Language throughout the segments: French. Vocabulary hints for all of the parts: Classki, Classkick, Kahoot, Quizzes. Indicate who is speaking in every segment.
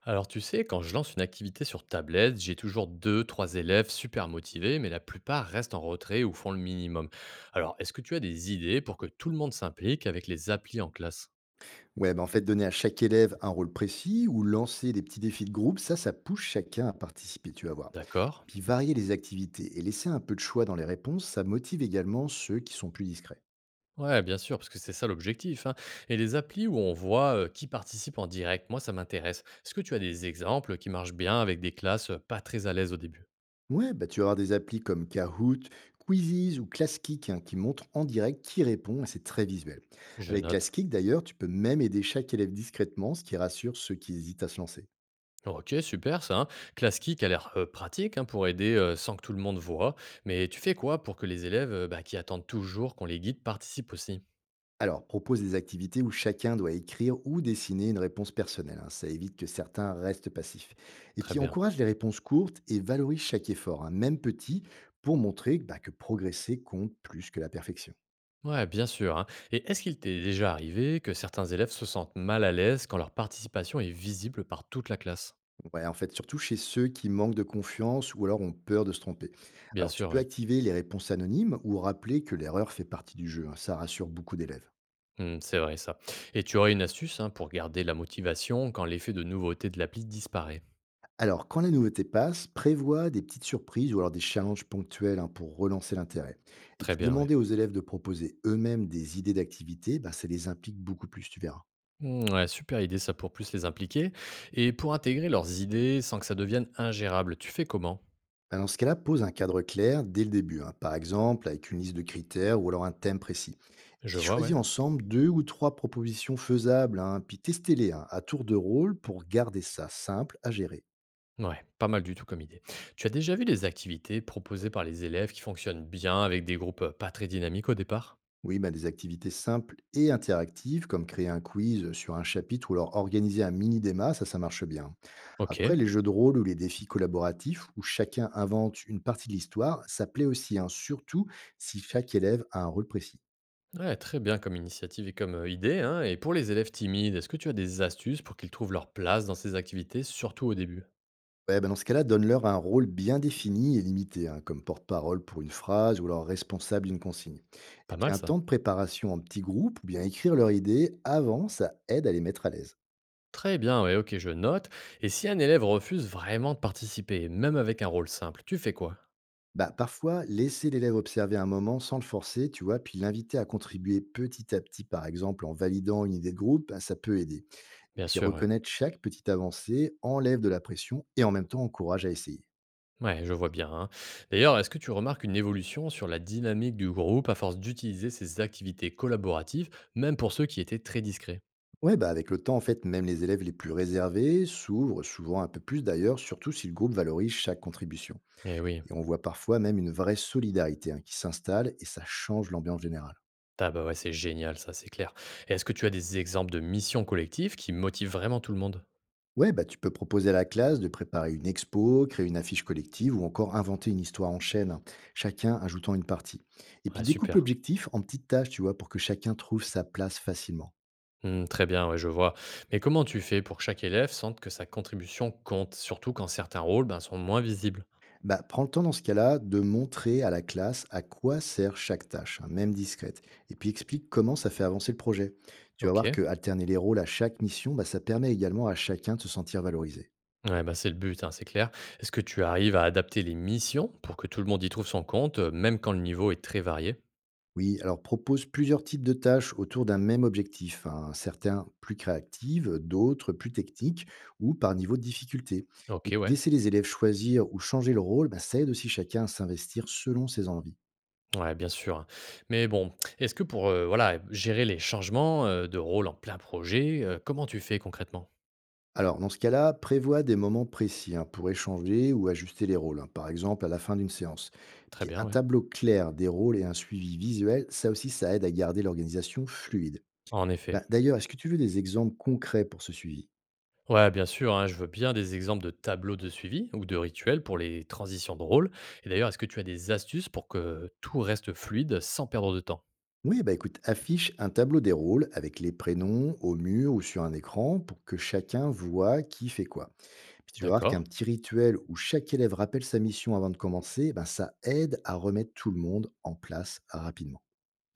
Speaker 1: Alors tu sais, quand je lance une activité sur tablette, j'ai toujours deux, trois élèves super motivés, mais la plupart restent en retrait ou font le minimum. Alors, est-ce que tu as des idées pour que tout le monde s'implique avec les applis en classe?
Speaker 2: Ouais, bah, en fait, donner à chaque élève un rôle précis ou lancer des petits défis de groupe, ça pousse chacun à participer, tu vas voir.
Speaker 1: D'accord.
Speaker 2: Puis varier les activités et laisser un peu de choix dans les réponses, ça motive également ceux qui sont plus discrets.
Speaker 1: Ouais, bien sûr, parce que c'est ça l'objectif, hein. Et les applis où on voit qui participe en direct, moi ça m'intéresse. Est-ce que tu as des exemples qui marchent bien avec des classes pas très à l'aise au début?
Speaker 2: Ouais, bah, tu vas avoir des applis comme Kahoot, Quizzes ou Classkick, hein, qui montrent en direct qui répond et c'est très visuel.
Speaker 1: Je
Speaker 2: Avec
Speaker 1: note.
Speaker 2: Classkick, d'ailleurs, tu peux même aider chaque élève discrètement, ce qui rassure ceux qui hésitent à se lancer.
Speaker 1: Ok, super ça. Classki qui a l'air pratique, hein, pour aider sans que tout le monde voit. Mais tu fais quoi pour que les élèves bah, qui attendent toujours qu'on les guide participent aussi?
Speaker 2: Alors, propose des activités où chacun doit écrire ou dessiner une réponse personnelle, hein. Ça évite que certains restent passifs. Et
Speaker 1: Très
Speaker 2: puis,
Speaker 1: bien.
Speaker 2: encourage les réponses courtes et valorise chaque effort, hein, même petit, pour montrer bah, que progresser compte plus que la perfection.
Speaker 1: Ouais, bien sûr, hein. Et est-ce qu'il t'est déjà arrivé que certains élèves se sentent mal à l'aise quand leur participation est visible par toute la classe?
Speaker 2: Ouais, en fait, surtout chez ceux qui manquent de confiance ou alors ont peur de se tromper.
Speaker 1: Bien
Speaker 2: Alors, tu
Speaker 1: sûr,
Speaker 2: peux activer les réponses anonymes ou rappeler que l'erreur fait partie du jeu, hein. Ça rassure beaucoup d'élèves.
Speaker 1: oui, c'est vrai ça. Et tu aurais une astuce, hein, pour garder la motivation quand l'effet de nouveauté de l'appli disparaît?
Speaker 2: Alors, quand la nouveauté passe, prévois des petites surprises ou alors des challenges ponctuels, hein, pour relancer l'intérêt. Et puis,
Speaker 1: Très bien, oui.
Speaker 2: demander aux élèves de proposer eux-mêmes des idées d'activités, bah, ça les implique beaucoup plus, tu verras.
Speaker 1: Mm, ouais, super idée ça pour plus les impliquer. Et pour intégrer leurs idées sans que ça devienne ingérable, tu fais comment?
Speaker 2: Bah, dans ce cas-là, pose un cadre clair dès le début, hein, par exemple avec une liste de critères ou alors un thème précis. Et
Speaker 1: Je
Speaker 2: puis,
Speaker 1: vois,
Speaker 2: choisis
Speaker 1: ouais.
Speaker 2: ensemble deux ou trois propositions faisables, hein, puis testez-les, hein, à tour de rôle pour garder ça simple à gérer.
Speaker 1: Ouais, pas mal du tout comme idée. Tu as déjà vu des activités proposées par les élèves qui fonctionnent bien avec des groupes pas très dynamiques au départ?
Speaker 2: Oui, bah, des activités simples et interactives, comme créer un quiz sur un chapitre ou alors organiser un mini-débat, ça marche bien. Après,
Speaker 1: Ok,
Speaker 2: les jeux de rôle ou les défis collaboratifs, où chacun invente une partie de l'histoire, ça plaît aussi, hein, surtout si chaque élève a un rôle précis.
Speaker 1: ouais, très bien comme initiative et comme idée, hein. Et pour les élèves timides, est-ce que tu as des astuces pour qu'ils trouvent leur place dans ces activités, surtout au début?
Speaker 2: Ouais, bah, dans ce cas-là, donne-leur un rôle bien défini et limité, hein, comme porte-parole pour une phrase ou alors responsable d'une consigne. Et
Speaker 1: Pas
Speaker 2: puis
Speaker 1: mal
Speaker 2: un
Speaker 1: ça.
Speaker 2: temps de préparation en petits groupes ou bien écrire leur idée avant, ça aide à les mettre à l'aise.
Speaker 1: Très bien, ouais, ok, je note. Et si un élève refuse vraiment de participer, même avec un rôle simple, tu fais quoi?
Speaker 2: Bah, parfois, laisser l'élève observer un moment sans le forcer, tu vois, puis l'inviter à contribuer petit à petit, par exemple, en validant une idée de groupe, bah, ça peut aider.
Speaker 1: Bien
Speaker 2: Puis
Speaker 1: sûr, ouais.
Speaker 2: reconnaître chaque petite avancée enlève de la pression et en même temps encourage à essayer.
Speaker 1: Ouais, je vois bien, hein. D'ailleurs, est-ce que tu remarques une évolution sur la dynamique du groupe à force d'utiliser ces activités collaboratives, même pour ceux qui étaient très discrets?
Speaker 2: Ouais, bah avec le temps, en fait, même les élèves les plus réservés s'ouvrent souvent un peu plus d'ailleurs, surtout si le groupe valorise chaque contribution.
Speaker 1: Eh oui.
Speaker 2: Et on voit parfois même une vraie solidarité, hein, qui s'installe et ça change l'ambiance générale.
Speaker 1: Ah bah ouais, c'est génial, ça, c'est clair. Et est-ce que tu as des exemples de missions collectives qui motivent vraiment tout le monde?
Speaker 2: Ouais, bah, tu peux proposer à la classe de préparer une expo, créer une affiche collective ou encore inventer une histoire en chaîne, hein, chacun ajoutant une partie. Et puis
Speaker 1: Ouais,
Speaker 2: découpe
Speaker 1: super.
Speaker 2: l'objectif en petites tâches, tu vois, pour que chacun trouve sa place facilement.
Speaker 1: Hmm, très bien, ouais, je vois. Mais comment tu fais pour que chaque élève sente que sa contribution compte, surtout quand certains rôles ben, sont moins visibles?
Speaker 2: Bah, prends le temps dans ce cas-là de montrer à la classe à quoi sert chaque tâche, hein, même discrète, et puis explique comment ça fait avancer le projet. Tu vas
Speaker 1: Ok.
Speaker 2: voir que alterner les rôles à chaque mission, bah, ça permet également à chacun de se sentir valorisé.
Speaker 1: Ouais, bah c'est le but, hein, c'est clair. Est-ce que tu arrives à adapter les missions pour que tout le monde y trouve son compte, même quand le niveau est très varié?
Speaker 2: Oui, alors propose plusieurs types de tâches autour d'un même objectif, hein, certains plus créatives, d'autres plus techniques ou par niveau de difficulté. Et
Speaker 1: OK,
Speaker 2: puis
Speaker 1: ouais.
Speaker 2: laisser les élèves choisir ou changer le rôle, bah, ça aide aussi chacun à s'investir selon ses envies.
Speaker 1: Ouais, bien sûr, hein. Mais bon, est-ce que pour, voilà, gérer les changements, de rôle en plein projet, comment tu fais concrètement?
Speaker 2: Alors dans ce cas-là, prévois des moments précis, hein, pour échanger ou ajuster les rôles, hein, par exemple à la fin d'une séance.
Speaker 1: Très
Speaker 2: Puis
Speaker 1: bien,
Speaker 2: un
Speaker 1: ouais.
Speaker 2: tableau clair des rôles et un suivi visuel, ça aussi ça aide à garder l'organisation fluide.
Speaker 1: En
Speaker 2: Bah,
Speaker 1: effet.
Speaker 2: d'ailleurs, est-ce que tu veux des exemples concrets pour ce suivi?
Speaker 1: Ouais, bien sûr, hein, je veux bien des exemples de tableaux de suivi ou de rituels pour les transitions de rôle. Et d'ailleurs, est-ce que tu as des astuces pour que tout reste fluide sans perdre de temps?
Speaker 2: Oui, bah écoute, affiche un tableau des rôles avec les prénoms au mur ou sur un écran pour que chacun voit qui fait quoi. Puis tu vas voir
Speaker 1: D'accord.
Speaker 2: qu'un petit rituel où chaque élève rappelle sa mission avant de commencer, eh ben ça aide à remettre tout le monde en place rapidement.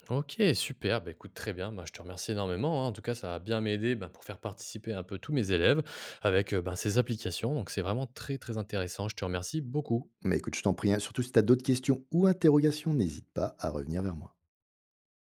Speaker 1: OK, super. Bah, écoute, très bien. Moi, je te remercie énormément, hein. En tout cas, ça va bien m'aider, bah, pour faire participer un peu tous mes élèves avec, ben, ces applications. Donc c'est vraiment très, très intéressant. Je te remercie beaucoup.
Speaker 2: Mais écoute, je t'en prie, hein, surtout si tu as d'autres questions ou interrogations, n'hésite pas à revenir vers moi.